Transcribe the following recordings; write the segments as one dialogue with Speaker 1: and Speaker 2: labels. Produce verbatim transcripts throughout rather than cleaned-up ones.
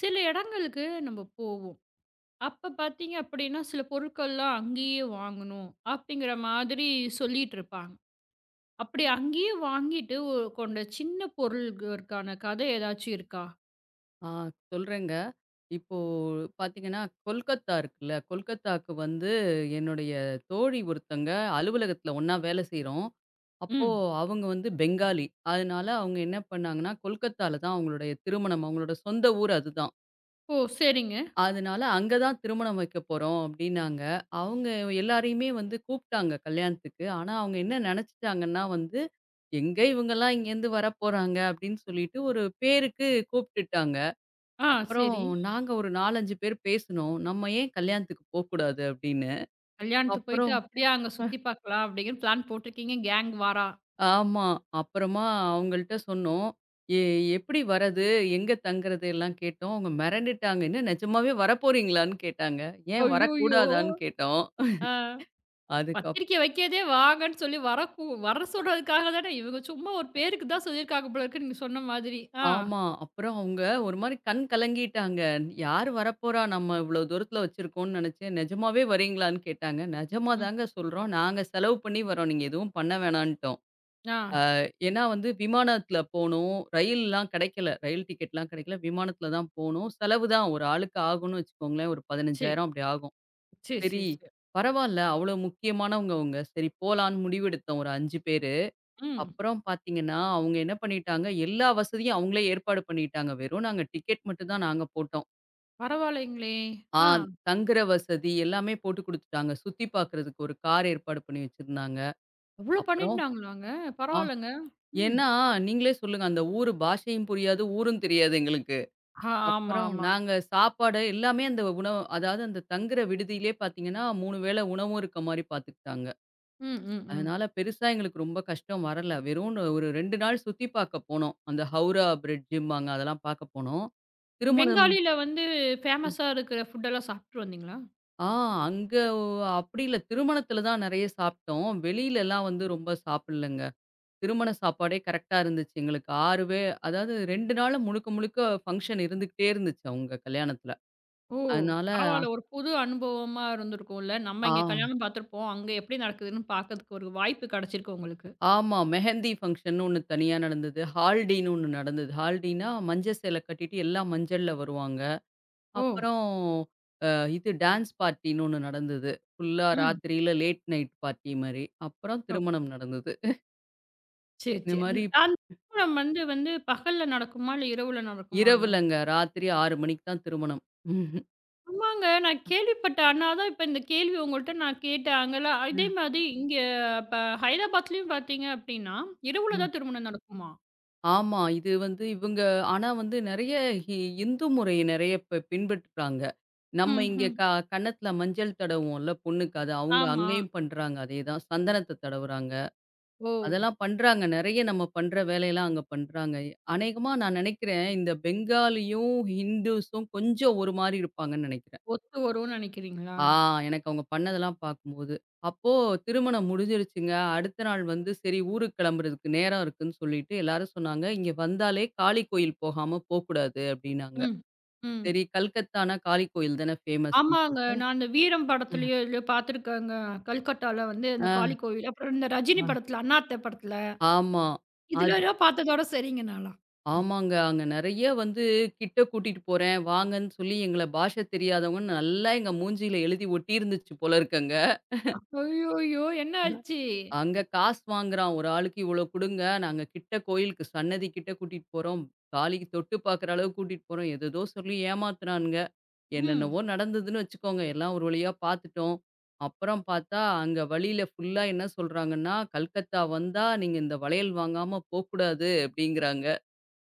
Speaker 1: சில இடங்களுக்கு நம்ம போ அப்ப பார்த்தீங்க அப்படின்னா, சில பொருட்கள்லாம் அங்கேயே வாங்கணும் அப்படிங்கிற மாதிரி சொல்லிட்டு இருப்பாங்க. அப்படி அங்கேயே வாங்கிட்டு ஒ கொண்ட சின்ன பொருள்களுக்கான கதை ஏதாச்சும் இருக்கா?
Speaker 2: ஆ சொல்றேங்க. இப்போ பார்த்தீங்கன்னா, கொல்கத்தா இருக்குல்ல, கொல்கத்தாக்கு வந்து என்னுடைய தோழி ஒருத்தங்க அலுவலகத்தில ஒண்ணா வேலை செய்றோம். அப்போ
Speaker 1: ம்.
Speaker 2: அவங்க வந்து பெங்காலி. அதனால அவங்க என்ன பண்ணாங்கன்னா, கொல்கத்தால தான் அவங்களுடைய திருமணம். அவங்களோட சொந்த ஊர் அதுதான்.
Speaker 1: ஓ! சரிங்க.
Speaker 2: அதனால அங்க தான் திருமணம் வைக்க போறோம் அப்டின்னாங்க. அவங்க எல்லாரையுமே வந்து கூப்ட்டாங்க கல்யாணத்துக்கு. ஆனா அவங்க என்ன நெனச்சுட்டாங்கன்னா வந்து, எங்க இவங்கலாம் இங்கேருந்து வரப்போறாங்க அப்டின்னு சொல்லிட்டு ஒரு பேருக்கு கூப்ட்டுட்டாங்க.
Speaker 1: ஆ
Speaker 2: அப்புறம்
Speaker 1: சரி.
Speaker 2: நாங்க ஒரு நான்கு, அஞ்சு பேர் பேசுனோம். நம்ம ஏன் கல்யாணத்துக்கு போக்கூடாது அப்படின்னு.
Speaker 1: கல்யாணத்துக்கு போயிட்டு
Speaker 2: அப்புறம்
Speaker 1: அப்படியே அங்க
Speaker 2: அ.
Speaker 1: சுத்தி பார்க்கலாம் அப்படின்னு பிளான் போட்டிருக்கீங்க. கேங் வாரா.
Speaker 2: ஆமா. அப்புறமா அவங்கள்ட்ட சொன்னோம். எ எப்படி வரது? எங்க தங்குறது? எல்லாம் கேட்டோம். அவங்க மிரண்டுட்டாங்க. என்ன நிஜமாவே வரப்போறீங்களான்னு கேட்டாங்க. ஏன்
Speaker 1: ஐய்யயோ!
Speaker 2: வரக்கூடாதான்னு கேட்டோம்.
Speaker 1: ஆ
Speaker 2: அதுக்கப்
Speaker 1: பத்திரிக்கை வைக்கிறதே வாங்கன்னு சொல்லி வர கூ வர சொல்றதுக்காக தானே. இவங்க சும்மா ஒரு பேருக்கு தான் சொல்லியிருக்காங்க போல இருக்கு. நீங்க சொன்ன மாதிரி. ஆ.
Speaker 2: ஆமா. அப்புறம் அவங்க ஒரு மாரி கண் கலங்கிட்டாங்க. யார் வரப்போறா? நம்ம இவ்வளோ தூரத்துல வச்சிருக்கோம்ன்னு நினைச்சேன். நிஜமாவே வரீங்களான்னு கேட்டாங்க. நிஜமா
Speaker 1: ம்.
Speaker 2: தாங்க சொல்றோம். நாங்க செலவு பண்ணி வரோம். நீங்க எதுவும் பண்ண வேணான்ட்டோம்.
Speaker 1: ஆ.
Speaker 2: ஏன்னா வந்து விமானத்துல போனோம். ரயில்லாம் கிடைக்கல. ரயில் டிக்கெட்லாம் கிடைக்கல. விமானத்துல தான் போனோம். செலவு தான் ஒரு ஆளுக்கு ஆகும்னு வச்சுக்கோங்களேன். ஒரு
Speaker 1: சரி.
Speaker 2: பதினைஞ்சாயிரம் அப்படி ஆகும்.
Speaker 1: சரி,
Speaker 2: சரி
Speaker 1: சரி, சரி.
Speaker 2: பரவால்ல. அவ்வளோ முக்கியமானவங்க அவங்க. சரி போலான்னு முடிவெடுத்தோம் ஒரு அஞ்சு பேரு.
Speaker 1: ம்.
Speaker 2: அப்புறம் பார்த்தீங்கன்னா, அவங்க என்ன பண்ணிட்டாங்க, எல்லா வசதியும் அவங்களே ஏற்பாடு பண்ணிட்டாங்க. வெறும் நாங்க டிக்கெட் மட்டும் தான் நாங்க போட்டோம்.
Speaker 1: பரவாயில்லைங்களே!
Speaker 2: ஆ
Speaker 1: ஆ.
Speaker 2: தங்குற வசதி எல்லாமே போட்டு குடுத்துட்டாங்க. சுத்தி பார்க்கறதுக்கு ஒரு கார் ஏற்பாடு பண்ணி வச்சிருந்தாங்க.
Speaker 1: அவ்ளோ
Speaker 2: அப்புறம்
Speaker 1: பண்ணிட்டாங்களாங்க?
Speaker 2: ஆ.
Speaker 1: பரவாயில்லங்க. ம்.
Speaker 2: ஏன்னா, நீங்களே சொல்லுங்க. அந்த ஊரு பாஷையும் புரியாது, ஊரும் தெரியாது எங்களுக்கு.
Speaker 1: ஆ ஆமா,
Speaker 2: அப்புறம்
Speaker 1: ஆமா.
Speaker 2: நாங்க சாப்பாடு எல்லாமே அந்த உணவு அதாவது அந்த தங்குற விடுதியிலே பார்த்தீங்கன்னா, மூணு வேள உணவும் இருக்க மாரி பார்த்துக்கிட்டாங்க.
Speaker 1: ம், ம், ம்.
Speaker 2: அதனால பெருசா எங்களுக்கு ரொம்ப கஷ்டம் வரல. வெறும் ஒரு ரெண்டு நாள் சுத்தி பார்க்க போனோம். அந்த ஹவுரா பிரிட்ஜும்பாங்க அதெல்லாம் பார்க்க போனோம். திருமணம்
Speaker 1: பெங்காலில வந்து ஃபேமஸா இருக்கிற ஃபுட்டெல்லாம் சாப்பிட்டு வந்தீங்களா?
Speaker 2: ஆ அங்க அப்படி இல்ல. திருமணத்தில தான் நெறைய சாப்பிட்டோம். வெளியிலலாம் வந்து ரொம்ப சாப்பிடலங்க. திருமண சாப்பாடே கரெக்ட்டா இருந்துச்சு எங்களுக்கு. ஆறு பே அதாவது ரெண்டு நாளு முழுக்க முழுக்க ஃபங்ஷன் இருந்துகிட்டே இருந்துச்சு அவங்க கல்யாணத்துல.
Speaker 1: ஓ!
Speaker 2: அதனால
Speaker 1: பரவாயில்ல. ஒரு புது அனுபவமா இருந்திருக்கும்ல. நம்ம
Speaker 2: ஆ
Speaker 1: இங்க கல்யாணம் பார்த்துருப்போம். அங்க எப்படி நடக்குதுன்னு பார்க்கறதுக்கு ஒரு வாய்ப்பு கிடைச்சிருக்கு உங்களுக்கு.
Speaker 2: ஆமா. மெஹந்தி ஃபங்ஷன்னு ஒண்ணு தனியா நடந்தது. ஹால்டின்னு ஒண்ணு நடந்தது. ஹால்டின்னா மஞ்ச சேலை கட்டிட்டு எல்லாம் மஞ்சள்ல வருவாங்க.
Speaker 1: ஓ!
Speaker 2: அப்புறம் அ இது டான்ஸ் பார்ட்டின்னு ஒண்ணு நடந்தது. ஃபுல்லா
Speaker 1: ம்.
Speaker 2: ராத்திரியில லேட் நைட் பார்ட்டி மாரி. அப்புறம்
Speaker 1: ஓ!
Speaker 2: திருமணம் நடந்தது.
Speaker 1: சரி,
Speaker 2: இந்த
Speaker 1: சரி.
Speaker 2: மாரி
Speaker 1: ந- அந்த திருமணம் வந்து வந்து பகல்ல நடக்குமா? இல்ல இரவுல நடக்குமாங்க?
Speaker 2: இரவுலங்க. ராத்திரி ஆறு மணிக்கு தான் திருமணம்.
Speaker 1: ஆமாங்க. நான் கேள்விப்பட்டேன். அதனால தான் இப்ப இந்த கேள்வி உங்கள்ட்ட நான் கேட்டேன். அங்கலாம் இதே மாதிரி இங்க இப்ப ஹைதராபாத்லயும் பார்த்தீங்க அப்டின்னா, இரவுல
Speaker 2: ம்.
Speaker 1: தான் திருமணம் நடக்குமா?
Speaker 2: ஆமா. இது வந்து இவங்க ஆனா வந்து நெறைய ஹி இந்து முறைய நெறைய ப பின்பற்றுறாங்க. நம்ம இங்க
Speaker 1: ம்ஹ்ம்.
Speaker 2: க கன்னத்துல மஞ்சள் தடவுவோம்ல பொண்ணுக்கு. அது அவங்க
Speaker 1: ஆமா.
Speaker 2: அங்கேயும் பண்றாங்க அதேதான். சந்தனத்த தடவுறாங்க.
Speaker 1: ஓ!
Speaker 2: அதெல்லாம் பண்றாங்க. நெறைய நம்ம பண்ற வேலையெல்லாம் அங்க பண்றாங்க. அநேகமா நான் நெனைக்கிறேன், இந்த பெங்காலியும், ஹிந்துஸும் கொஞ்சம் ஒரு மாரி இருப்பாங்கன்னு நெனைக்கிறேன்.
Speaker 1: ஒத்து வரும்னு நெனைக்கிறீங்களா?
Speaker 2: ஆ எனக்கு அவங்க பண்ணதெல்லாம் பார்க்கும்போது. அப்போ திருமணம் முடிஞ்சிருச்சுங்க. அடுத்த நாள் வந்து சரி ஊருக்கு கிளம்புறதுக்கு நேரம் இருக்குன்னு சொல்லிட்டு எல்லாரும் சொன்னாங்க, "இங்க வந்தாலே காளி கோயில் போகாம போக்கூடாது" அப்படின்னாங்க.
Speaker 1: ம். ம்.
Speaker 2: சரி கல்கத்தானா காளி கோயில் தானே ஃபேமஸ்ன்னு
Speaker 1: ஆமாங்க.
Speaker 2: சொல்லிட்டு
Speaker 1: நான் அந்த வீரம் படத்துலயோ, எதுலயோ பார்த்துருக்கேங்க. கல்கட்டால வந்து அந்த
Speaker 2: ஆ
Speaker 1: காளி கோயில். அப்புறம் இந்த ரஜினி
Speaker 2: ஆ
Speaker 1: படத்துல, அண்ணாத்த படத்துல.
Speaker 2: ஆமா. அது
Speaker 1: இதுலலாம் பார்த்ததோட சரிங்க நான்லாம்.
Speaker 2: ஆமாங்க. அங்க நெறைய வந்து கிட்ட கூட்டிட்டு போறேன் வாங்கன்னு சொல்லி எங்கள பாஷை தெரியாதவங்கன்னு நல்லா எங்க மூஞ்சியில எழுதி ஒட்டியிருந்துச்சு போல இருக்குங்க.
Speaker 1: ஐய்யய்யோ! என்ன ஆச்சு?
Speaker 2: அங்க காசு வாங்குறான். ஒரு ஆளுக்கு இவ்வளோ குடுங்க. நாங்க கிட்ட கோயிலுக்கு சன்னதி கிட்ட கூட்டிட்டு போறோம். காலிக்கு தொட்டு பார்க்குற அளவுக்கு கூட்டிட்டு போறோம். ஏதேதோ சொல்லி ஏமாத்துறானுங்க.
Speaker 1: ம்.
Speaker 2: என்னென்னவோ நடந்ததுன்னு வச்சுக்கோங்க. எல்லாம் ஒரு வழியா பார்த்துட்டோம். அப்புறம் பார்த்தா, அங்க வழியில ஃபுல்லா என்ன சொல்றாங்கன்னா, "கல்கத்தா வந்தா நீங்க இந்த வளையல் வாங்காம போக்கூடாது" அப்படிங்கிறாங்க.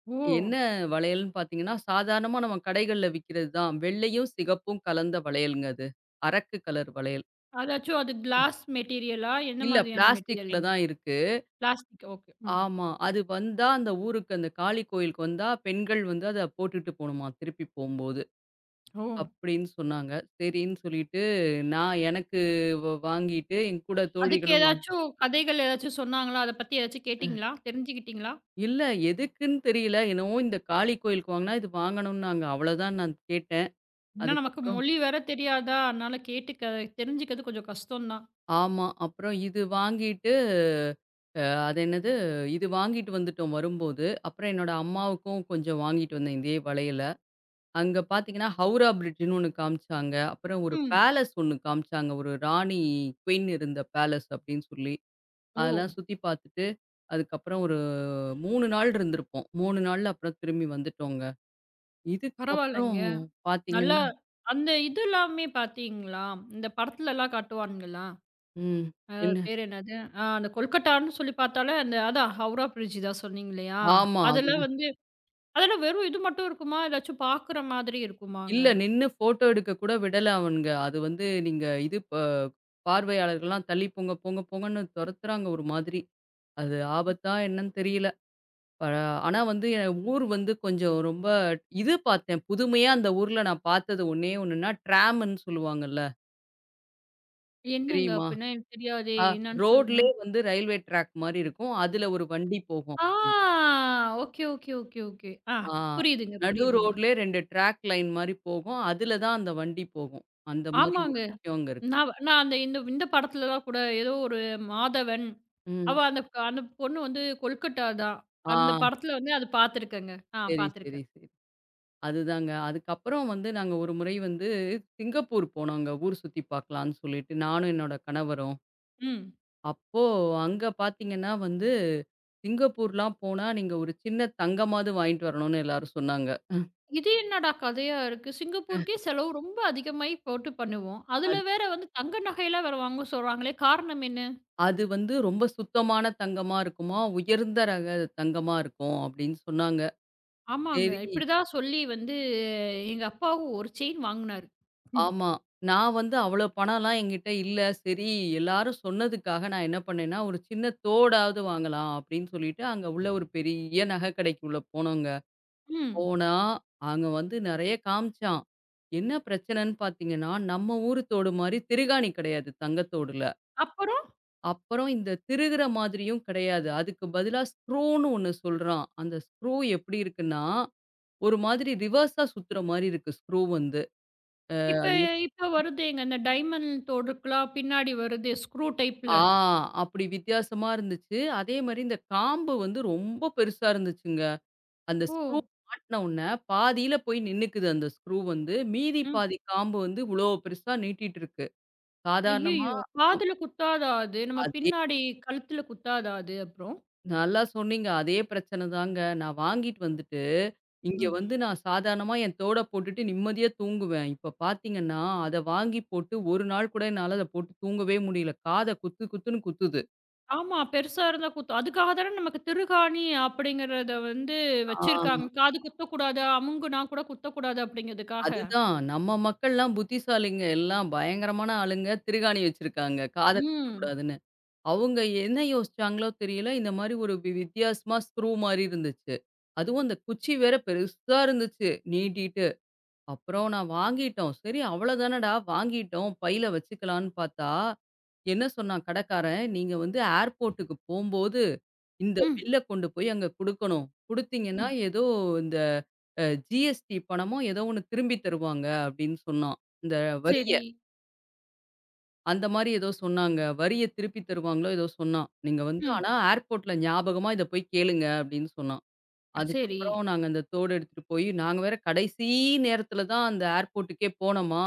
Speaker 1: ஓ!
Speaker 2: என்ன வளையல்ன்னு பார்த்தீங்கன்னா, சாதாரணமா நம்ம கடைகள்ல விக்கிறது தான். வெள்ளையும், சிகப்பும் கலந்த வளையல்ங்க அது. அரக்கு கலர் வளையல்.
Speaker 1: அதாச்சும் அது கிளாஸ் மெட்டீரியலா? என்ன
Speaker 2: இல்ல
Speaker 1: மாதிரியான மெட்டீரியல்?
Speaker 2: பிளாஸ்டிக்ல தான் இருக்கு.
Speaker 1: Plastic okay. ம்.
Speaker 2: ஆமா. அது வந்தா அந்த ஊருக்கு அந்த காளி கோயிலுக்கு வந்தா, பெண்கள் வந்து அத போட்டுட்டு போணுமா திருப்பி போம்போது.
Speaker 1: ஓ!
Speaker 2: அப்படின்னு சொன்னாங்க. சரின்னு சொல்லிட்டு நான் எனக்கு வ வாங்கிட்டு என் கூட
Speaker 1: அதுக்கு ம்.
Speaker 2: தோழிகளும் வாங்
Speaker 1: ஏதாச்சும் கதைகள் ஏதாச்சும் சொன்னாங்களா? அத பத்தி ஏதாச்சும் கேட்டீங்களா? தெரிஞ்சுக்கிட்டீங்களா?
Speaker 2: இல்ல எதுக்குன்னு தெரியல. என்னவோ இந்த காளி கோயிலுக்கு வாங்குனா இது வாங்கணும்னாங்க. அவ்வளோதான் நான் கேட்டேன்.
Speaker 1: ஏன்னா நமக்கு
Speaker 2: அதுக்கப்புறம்
Speaker 1: மொழி வேற தெரியாதா, அதனால கேட்டு க தெரிஞ்சுக்கிறது கொஞ்சம் கஷ்டம் தான்.
Speaker 2: ஆமா. அப்புறம் இது வாங்கிட்டு அ அது என்னது? இது வாங்கிட்டு வந்துட்டோம் வரும்போது. அப்புறம் என்னோட அம்மாவுக்கும் கொஞ்சம் வாங்கிட்டு வந்தேன் இதே வளையல. அங்க பார்த்தீங்கன்னா, ஹவுரா பிரிட்ஜ்ன்னு ஒண்ணு காமிச்சாங்க. அப்புறம் ஒரு
Speaker 1: ம்.
Speaker 2: பேலஸ் ஒண்ணு காமிச்சாங்க. ஒரு ராணி, குயின் இருந்த பேலஸ் அப்படின்னு சொல்லி.
Speaker 1: ஓ!
Speaker 2: அதெல்லாம் சுத்தி பார்த்துட்டு, அதுக்கப்புறம் ஒரு மூணு நாள் இருந்திருப்போம். மூணு நாள்ல அப்புறம் திரும்பி வந்துட்டோங்க. இதுக்கப்புறம்
Speaker 1: பரவாயில்லங்க. நல்லா
Speaker 2: பார்த்தீங்கன்னா
Speaker 1: அந்த இது எல்லாமே பார்த்தீங்களா? இந்த படத்துலலாம் காட்டுவானுங்களா?
Speaker 2: ம்.
Speaker 1: அ
Speaker 2: என்ன?
Speaker 1: பேர் என்னது? அ அந்த கொல்கட்டான்னு சொல்லி பார்த்தாலே அந்த அதான் ஹவுரா பிரிட்ஜ் தான் சொன்னீங்க இல்லையா?
Speaker 2: ஆமா.
Speaker 1: அதெல்லாம்
Speaker 2: அதுதான்.
Speaker 1: வந்து அதெல்லாம் வெறும் இது மட்டும் இருக்குமா? ஏதாச்சும் பார்க்குற மாதிரி இருக்குமாங்க?
Speaker 2: இல்ல நின்னு ஃபோட்டோ எடுக்க கூட விடல அவனுங்க. அது வந்து நீங்க இது ப பார்வையாளர்கள்லாம் தள்ளி போங்க, போங்க, போங்கன்னு தொரத்துறாங்க ஒரு மாதிரி. அது ஆபத்தா என்னன்னு தெரியல. அ ஆனா வந்து என் ஊர் வந்து கொஞ்சம் ரொம்ப இது பார்த்தேன். புதுமையா அந்த ஊர்ல நான் பார்த்தது ஒண்ணே ஒண்ணுன்னா, ட்ராம்ன்னு சொல்லுவாங்கல்ல.
Speaker 1: என்னங்க
Speaker 2: தெரியுமா?
Speaker 1: அப்படின்னா எனக்கு தெரியாதே!
Speaker 2: அ
Speaker 1: என்னன்னு சொல்லுங்க.
Speaker 2: ரோட்லயே வந்து ரயில்வே ட்ராக் மாரி இருக்கும். அதுல ஒரு வண்டி போகும்.
Speaker 1: ஆ! Okay, okay, okay, okay. ஆ
Speaker 2: ஆ
Speaker 1: புரியுதுங்க,
Speaker 2: நடு
Speaker 1: புரியுதுங்க.
Speaker 2: ரோட்லயே ரெண்டு ட்ராக் லைன் மாரி போகும். அதுல தான் அந்த வண்டி போகும். அந்த மாரி ஒரு
Speaker 1: ஆமாங்க.
Speaker 2: விஷயம் அங்க இருக்கு.
Speaker 1: நான் நான் அந்த இந்த இந்த படத்துலலாம் கூட ஏதோ ஒரு மாதவன், அவ
Speaker 2: ம்.
Speaker 1: அந்த அந்த பொண்ணு வந்து கொல்கட்டா தான். அந்த
Speaker 2: ஆ
Speaker 1: படத்துல வந்து அது பார்த்துருக்கேங்க. ஆ
Speaker 2: சரி, சரி,
Speaker 1: பார்த்துருக்கேன்.
Speaker 2: சரி. அதுதாங்க. அதுக்கப்புறம் வந்து நாங்க ஒரு முறை வந்து சிங்கப்பூர் போனோங்க. ஊர் சுத்தி பார்க்கலான்னு சொல்லிட்டு, நானும் என்னோட கணவரும்.
Speaker 1: ம்.
Speaker 2: அப்போ அங்க பார்த்தீங்கன்னா வந்து, சிங்கப்பூர்லாம் போனா நீங்க ஒரு சின்ன தங்கமாவது வாங்கிட்டு வரணும்னு எல்லாரும் சொன்னாங்க.
Speaker 1: இது என்னடா கதையா இருக்கு? சிங்கப்பூருக்கே செலவு ரொம்ப அதிகமாயி போட்டு பண்ணுவோம். அதுல
Speaker 2: அது
Speaker 1: வேற வந்து தங்க நகையெல்லாம் வேற வாங்க சொல்றாங்களே! காரணம் என்ன?
Speaker 2: அது வந்து ரொம்ப சுத்தமான தங்கமா இருக்குமா, உயர்ந்த ரக தங்கமா இருக்கும் அப்படின்னு சொன்னாங்க.
Speaker 1: ஆமாங்க.
Speaker 2: சரி
Speaker 1: இப்படிதான் சொல்லி வந்து எங்க அப்பாவும் ஒரு செயின் வாங்குனாரு. ம்.
Speaker 2: ஆமா. நான் வந்து அவ்வளோ பணம்லாம் என்கிட்ட இல்ல. சரி எல்லாரும் சொன்னதுக்காக நான் என்ன பண்ணேன்னா, ஒரு சின்ன தோடாவது வாங்கலாம் அப்படின்னு சொல்லிட்டு, அங்க உள்ள ஒரு பெரிய நகை கடைக்குள்ள போனோங்க.
Speaker 1: ம்.
Speaker 2: போனா, அங்க வந்து நெறைய காமிச்சான். என்ன பிரச்சனைன்னு பார்த்தீங்கன்னா, நம்ம ஊரு தோடு மாரி திருகாணி கிடையாது தங்கத்தோடுல.
Speaker 1: அப்புறம்
Speaker 2: அப்புறம் இந்த திருகுற மாதிரியும் கிடையாது. அதுக்கு பதிலா ஸ்க்ரூன்னு ஒண்ணு சொல்றான். அந்த ஸ்க்ரூ எப்படி இருக்குன்னா, ஒரு மாதிரி ரிவர்ஸா சுத்துற மாரி இருக்கு ஸ்க்ரூ வந்து.
Speaker 1: இப்ப
Speaker 2: அது
Speaker 1: இப்ப வருதேங்க. இந்த டைமண்ட் தோடுக்குலாம் பின்னாடி வருதே ஸ்க்ரூ டைப்ல.
Speaker 2: ஆ அப்படி வித்தியாசமா இருந்துச்சு. அதே மாரி இந்த காம்பு வந்து ரொம்ப பெருசா இருந்துச்சுங்க. அந்த
Speaker 1: ஓ!
Speaker 2: ஸ்க்ரூ மாட்டுன உடனே பாதியில போய் நின்னுக்குது அந்த ஸ்க்ரூ வந்து. மீதி
Speaker 1: ம்.
Speaker 2: பாதி காம்பு வந்து இவ்வளோ பெருசா நீட்டிட்டு இருக்கு. சாதாரணமா
Speaker 1: ஐய்யய்யோ!
Speaker 2: நம்
Speaker 1: காதுல குத்தாதா அது? நம்ம
Speaker 2: அதே
Speaker 1: பின்னாடி கழுத்துல குத்தாதா அது அப்புறம்?
Speaker 2: நல்லா சொன்னீங்க. அதே பிரச்சனை தாங்க. நான் வாங்கிட்டு வந்துட்டு, இங்க
Speaker 1: ம்.
Speaker 2: வந்து நான் சாதாரணமா என் தோட போட்டுட்டு நிம்மதியா தூங்குவேன். இப்ப பார்த்தீங்கன்னா, அத வாங்கி போட்டு ஒரு நாள் கூட என்னால அத போட்டு தூங்கவே முடியல. காத குத்து குத்துன்னு குத்துது.
Speaker 1: ஆமா. பெருசா இருந்தா குத்தும். அதுக்காக தானே நமக்கு திருகாணி அப்படிங்கிறத வந்து
Speaker 2: ஆ
Speaker 1: வச்சிருக்காங்க. காது குத்தக்கூடாது, அமுங்குனா கூட குத்தக்கூடாது அப்படிங்கிறதுக்காக.
Speaker 2: அதுதான். நம்ம மக்கள்லாம் புத்திசாலிங்க. எல்லாம் பயங்கரமான ஆளுங்க. திருகாணி வச்சிருக்காங்க. காத
Speaker 1: ம்.
Speaker 2: குத்தக்கூடாதுன்னு. அவங்க என்ன யோசிச்சாங்களோ தெரியல. இந்த மாரி ஒரு வி வித்தியாசமா ஸ்க்ரூ மாரி இருந்துச்சு. அதுவும் அந்த குச்சி வேற பெருசா இருந்துச்சு. நீட்டிட்டு. அப்புறம் நான் வாங்கிட்டோம். சரி அவ்வளோதானடா வாங்கிட்டோம். பையில வச்சுக்கலான்னு பார்த்தா, என்ன சொன்னான் கடைக்காரன், "நீங்க வந்து ஏர்போர்ட்டுக்கு போம்போது, இந்த
Speaker 1: ம்.
Speaker 2: பில்ல கொண்டு போய் அங்க குடுக்கணும். குடுத்தீங்கன்னா,
Speaker 1: ம்.
Speaker 2: ஏதோ இந்த அ ஜி எஸ் டி பணமோ ஏதோ ஒண்ணு திரும்பி தருவாங்க." அப்படின்னு சொன்னான். இந்த வரிய.
Speaker 1: சரி.
Speaker 2: அந்த மாரி ஏதோ சொன்னாங்க. வரிய திருப்பி தருவாங்களோ ஏதோ சொன்னான். "நீங்க வந்து
Speaker 1: ம்.
Speaker 2: ஆனா ஏர்போர்ட்ல ஞாபகமா இத போய் கேளுங்க." அப்படின்னு சொன்னான்.
Speaker 1: சரி.
Speaker 2: அதுக்கப்புறம் நாங்க அந்த தோடு எடுத்துட்டு போய், நாங்க வேற கடைசி நேரத்தில தான் அந்த ஏர்போர்ட்டுக்கே போனோமா,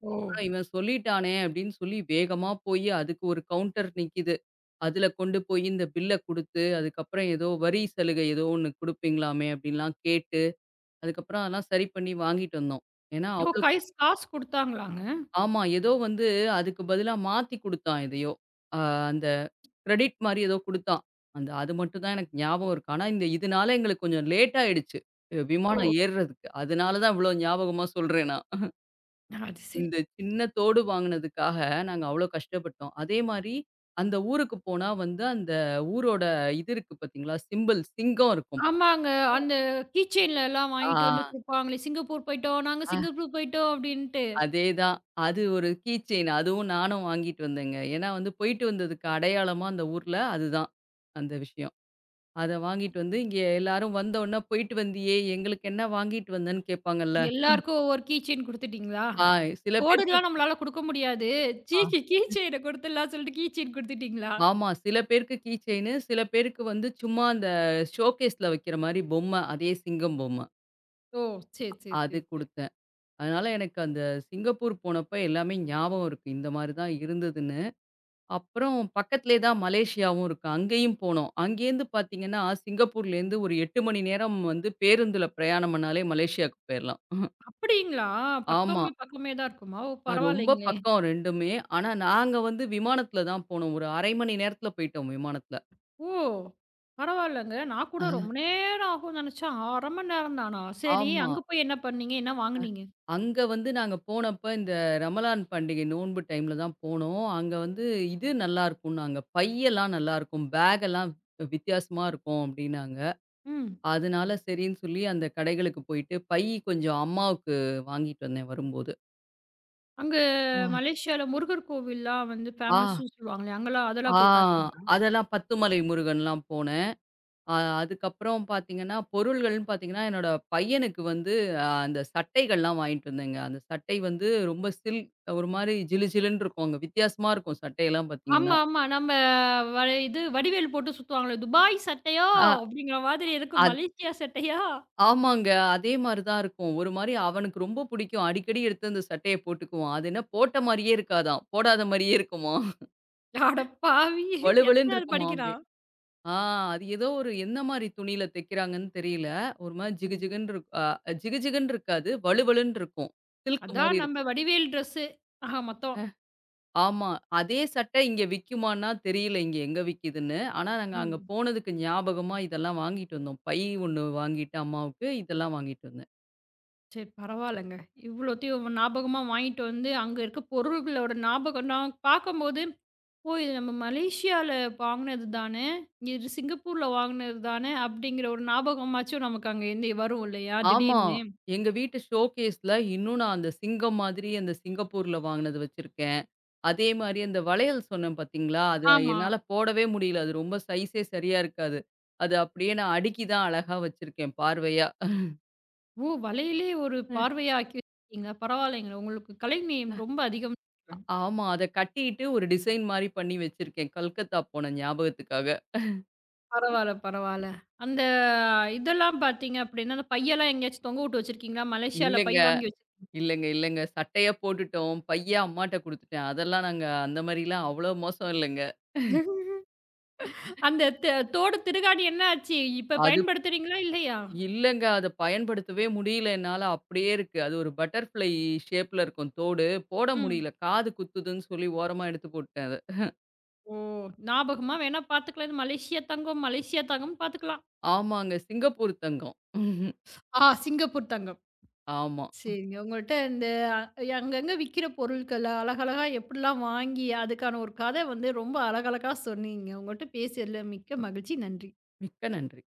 Speaker 1: ஓ!
Speaker 2: அப்புறம் இவன் சொல்லிட்டானே அப்படின்னு சொல்லி வேகமா போய் அதுக்கு ஒரு கவுண்டர் நிக்கிது. அதில கொண்டு போய் இந்த பில்ல குடுத்து, அதுக்கப்புறம் ஏதோ வரி சலுகை ஏதோ ஒண்ணு குடுப்பீங்களாமே அப்படின்லாம் கேட்டு, அதுக்கப்புறம் அதெல்லாம் சரி பண்ணி வாங்கிட்டு வந்தோம். ஏன்னா
Speaker 1: ஓ!
Speaker 2: அவ்வளோ
Speaker 1: கைஸ் காசு குடுத்தாங்களாங்க?
Speaker 2: ஆமா. ஏதோ வந்து அதுக்கு பதிலா மாத்தி குடுத்தான் எதையோ. அ அந்த கிரெடிட் மாரி ஏதோ குடுத்தான். அந்த அது மட்டும் தான் எனக்கு ஞாபகம் இருக்கு. ஆனா, இந்த இதனால எங்களுக்கு கொஞ்சம் லேட் ஆயிடுச்சு. அ விமானம்
Speaker 1: ஓ!
Speaker 2: ஏறுறதுக்கு. அதனால தான் இவ்ளோ ஞாபகமா சொல்றேன் நான்.
Speaker 1: அது சரி.
Speaker 2: இந்த சின்ன தோடு வாங்குனதுக்காக நாங்க அவ்ளோ கஷ்டப்பட்டோம். அதே மாரி அந்த ஊருக்கு போனா வந்து அந்த ஊரோட இது இருக்கு பார்த்தீங்களா? சிம்பல் சிங்கம் இருக்கும்.
Speaker 1: ஆமாங்க. அந்த கீ செயின்லலாம் வாங்கிட்டு வந்து
Speaker 2: ஆ,
Speaker 1: குடுப்பாங்களே, சிங்கப்பூர் போயிட்டோம், நாங்க
Speaker 2: அ
Speaker 1: சிங்கப்பூர் போயிட்டோம் அப்டின்ட்டு.
Speaker 2: அதேதான். அது ஒரு கீ செயின் அதுவும் நானும் வாங்கிட்டு வந்தேங்க. ஏன்னா வந்து போயிட்டு வந்ததுக்கு அடையாளமா அந்த ஊர்ல அதுதான் அந்த விஷயம். அத வாங்கிட்டு வந்து, இங்க எல்லாரும் வந்தோன்ன, "போயிட்டு வந்தியே, எங்களுக்கு என்ன வாங்கிட்டு வந்தன்னு?" கேட்பாங்கல்ல.
Speaker 1: எல்லாருக்கும் ஒவ்வொரு கீ செயின் குடுத்துட்டீங்களா?
Speaker 2: ஆ சில பேருக்கு
Speaker 1: தோடுலாம் நம்மளால குடுக்க முடியாது.
Speaker 2: ஆ
Speaker 1: சீக்கி கீ செயின குடுத்துடலாம் சொல்லிட்டு கீ செயின் குடுத்துட்டீங்களா?
Speaker 2: ஆமா. சில பேருக்கு கீ செயினு, சில பேருக்கு வந்து சும்மா அந்த ஷோகேஸ்ல வைக்கிற மாரி பொம்மை, அதே சிங்கம் பொம்மை.
Speaker 1: ஓ! சரி, சரி,
Speaker 2: அது
Speaker 1: சரி, சரி.
Speaker 2: குடுத்தேன். அதனால எனக்கு அந்த சிங்கப்பூர் போனப்ப எல்லாமே ஞாபகம் இருக்கு. இந்த மாரி தான் இருந்ததுன்னு. அப்புறம் பக்கத்திலேயே தான் மலேசியாவும் இருக்கு. அங்கேயும் போனோம். அங்கேருந்து பார்த்தீங்கன்னா, சிங்கப்பூர்லேருந்து ஒரு எட்டு மணி நேரம் வந்து பேருந்துல பிரயாணம் பண்ணாலே மலேசியாவுக்கு போயிரலாம்.
Speaker 1: அப்படிங்களா?
Speaker 2: ஆமா.
Speaker 1: பக்கமே பக்கமே தான் இருக்குமா? ஓ!
Speaker 2: அ ரொம்ப
Speaker 1: பரவாயில்லைங்களே.
Speaker 2: பக்கம் ரெண்டுமே. ஆனா நாங்க வந்து விமானத்துல தான் போனோம். ஒரு அரை மணி நேரத்துல போயிட்டோம் விமானத்துல.
Speaker 1: ஓ! பரவாயில்லங்க. நான் கூட
Speaker 2: ஆ.
Speaker 1: ரொம்ப நேரம் ஆகும்னு நெனச்சேன். அரை மணி நேரம் தானா? சரி,
Speaker 2: ஆமா.
Speaker 1: அங்க போய் என்ன பண்ணீங்க? என்ன வாங்குனீங்க?
Speaker 2: அங்க வந்து நாங்க போனப்ப இந்த ரமலான் பண்டிகை நோன்பு டைம்ல தான் போனோம். அங்க வந்து இது நல்லாருக்கும்னாங்க. பையெல்லாம் நல்லாருக்கும். பேக் எல்லாம் வித்தியாசமா இருக்கும் அப்டின்னாங்க.
Speaker 1: ம்.
Speaker 2: அதனால சரின்னு சொல்லி அந்த கடைகளுக்கு போயிட்டு பை கொஞ்சம் அம்மாவுக்கு வாங்கிட்டு வந்தேன் வரும்போது.
Speaker 1: அங்க
Speaker 2: ஆ.
Speaker 1: மலேசியால முருகர் கோவில்லாம் வந்து
Speaker 2: ஆ,
Speaker 1: ஃபேமஸ்ன்னு சொல்லுவாங்களே, அங்கலாம் அதெல்லாம்
Speaker 2: ஆ
Speaker 1: போய் பார்த்தீங்களா?
Speaker 2: அதெல்லாம் 'பத்துமலை முருகன்லாம்' போனோம். அ அதுக்கப்புறம் பார்த்தீங்கன்னா, பொருள்கள்னு பார்த்தீங்கன்னா, என்னோட பையனுக்கு வந்து அ அந்த சட்டைகள்லாம் வாங்கிட்டு வந்தேங்க. அந்த சட்டை வந்து ரொம்ப சில் ஒரு மாரி ஜிலு ஜிலுன்னு இருக்கும். அங்க வித்தியாசமா இருக்கும் சட்டையெல்லாம்
Speaker 1: ஆமா,
Speaker 2: பார்த்தீங்கன்னா.
Speaker 1: ஆமா. நம்ம வ இது வடிவேல் போட்டு சுத்துவாங்களே, "துபாய் சட்டையா?"
Speaker 2: அ
Speaker 1: அப்படிங்கிற மாதிரி இருக்கு,
Speaker 2: அது
Speaker 1: "மலேசியா சட்டையா?"
Speaker 2: ஆமாங்க. அதே மாரி தான் இருக்கும். ஒரு மாரி அவனுக்கு ரொம்ப பிடிக்கும். அடிக்கடி எடுத்து அந்த சட்டைய போட்டுக்குவான். அது என்ன போட்ட மாரியே இருக்காதாம். போடாத மாரியே இருக்குமாம்.
Speaker 1: அட பாவி!
Speaker 2: வழுவழுன்னு
Speaker 1: எத்தனாவது
Speaker 2: இருக்குமாம் அப்டியே.
Speaker 1: படிக்கிறான்?
Speaker 2: ஆ அது ஏதோ ஒரு என்ன மாரி துணியில தைக்கிறாங்கன்னு தெரியல. ஒரு மாரி ஜிகு
Speaker 1: ம்.
Speaker 2: ஜிகுன்னு இருக் அ ஜிகு ஜிகுன்னு இருக்காது. வழுவழுன்னு இருக்கும். சில்க் மாரி
Speaker 1: அதான் நம்ம
Speaker 2: இருக்கும்.
Speaker 1: வடிவேல் ட்ரெஸ்ஸு. ஆக மொத்தம்.
Speaker 2: ஆமா. அதே சட்டை இங்க விக்குமான்னா தெரியல, இங்க எங்க விக்குதுன்னு. ஆனா, நாங்க அங்க
Speaker 1: ம்.
Speaker 2: போனதுக்கு ஞாபகமா இதெல்லாம் வாங்கிட்டு வந்தோம். பை ஒண்ணு வாங்கிட்டு அம்மாவுக்கு, இதெல்லாம் வாங்கிட்டு வந்தேன்.
Speaker 1: சரி பரவால்லங்க. இவ்வளோத்தையும் ஞாபகமா வாங்கிட்டு வந்து, அங்க இருக்க பொருள்களோட ஞாபகம் நான் பார்க்கும்போது ஓ! இது நம்ம மலேஷியால வாங்குனது தானே! இது சிங்கப்பூர்ல வாங்குனது தானே! அப்படிங்கிற ஒரு ஞாபகமாச்சும் நமக்கு அங்க இருந்து வரும் இல்லையா?
Speaker 2: ஆமா.
Speaker 1: திடீர்னு.
Speaker 2: எங்க வீட்டு ஷோகேஸ்ல இன்னும் நான் அந்த சிங்கம் மாதிரி அந்த சிங்கப்பூர்ல வாங்குனது வச்சிருக்கேன். அதே மாரி அந்த வளையல் சொன்னேன் பார்த்தீங்களா? அது
Speaker 1: ஆமா.
Speaker 2: என்னால போடவே முடியல. அது ரொம்ப சைஸே சரியா இருக்காது. அது அப்படியே நான் அடுக்கி தான் அழகா வச்சிருக்கேன் பார்வையா.
Speaker 1: ஓ! வலையிலே ஒரு
Speaker 2: ம்.
Speaker 1: பார்வையா ஆக்கி வச்சிருக்கீங்களா? பரவாயில்லைங்க. உங்களுக்கு கலை நேயம் ரொம்ப அதிகம்.
Speaker 2: ஆமா. அத கட்டிட்டு ஒரு டிசைன் மாரி பண்ணி வச்சிருக்கேன். கல்கத்தா போன ஞாபகத்துக்காக.
Speaker 1: பரவால்ல, பரவால்ல. அந்த இதெல்லாம் பார்த்தீங்க அப்படின்னா, அந்த பையெல்லாம் எங்கேயாச்சும் தொங்க விட்டு வச்சிருக்கீங்களா? மலேஷியால பை
Speaker 2: இல்லங்க.
Speaker 1: வாங்கி வச்சு
Speaker 2: இல்லங்க, இல்லங்க. சட்டையா போட்டுட்டோம். பைய அம்மாட்ட குடுத்துட்டேன். அதெல்லாம் நாங்க அந்த மாரிலாம் அவ்வளோ மோசம் இல்லங்க.
Speaker 1: அந்த த தோடு திருகாணி என்ன ஆச்சு? இப்ப
Speaker 2: அது
Speaker 1: பயன்படுத்துறீங்களா? இல்லையா?
Speaker 2: இல்லங்க. அத பயன்படுத்தவே முடியல என்னால. அப்படியே இருக்கு. அது ஒரு பட்டர்ஃப்ளை ஷேப்ல இருக்கும் தோடு. போட முடியல.
Speaker 1: ம்.
Speaker 2: காது குத்துதுன்னு சொல்லி ஓரமா எடுத்து போட்டுட்டேன் அத.
Speaker 1: ஓ! ஞாபகமா வேணா பார்த்துக்கலாம். இது மலேஷியா தங்கம், மலேஷியா தங்கம்னு பார்த்துக்கலாம்.
Speaker 2: ஆமாங்க. சிங்கப்பூர் தங்கம்.
Speaker 1: ஆ சிங்கப்பூர் தங்கம்.
Speaker 2: ஆமா.
Speaker 1: சரிங்க. உங்கள்ட்ட இந்த அ- அங்கங்க விக்கிற பொருட்கள அழகழகா எப்படிலாம் வாங்கி, அதுக்கான ஒரு கத வந்து ரொம்ப அழகழகா சொன்னீங்க. உங்கள்ட்ட பேசியதில மிக்க மகிழ்ச்சி. நன்றி.
Speaker 2: மிக்க நன்றி.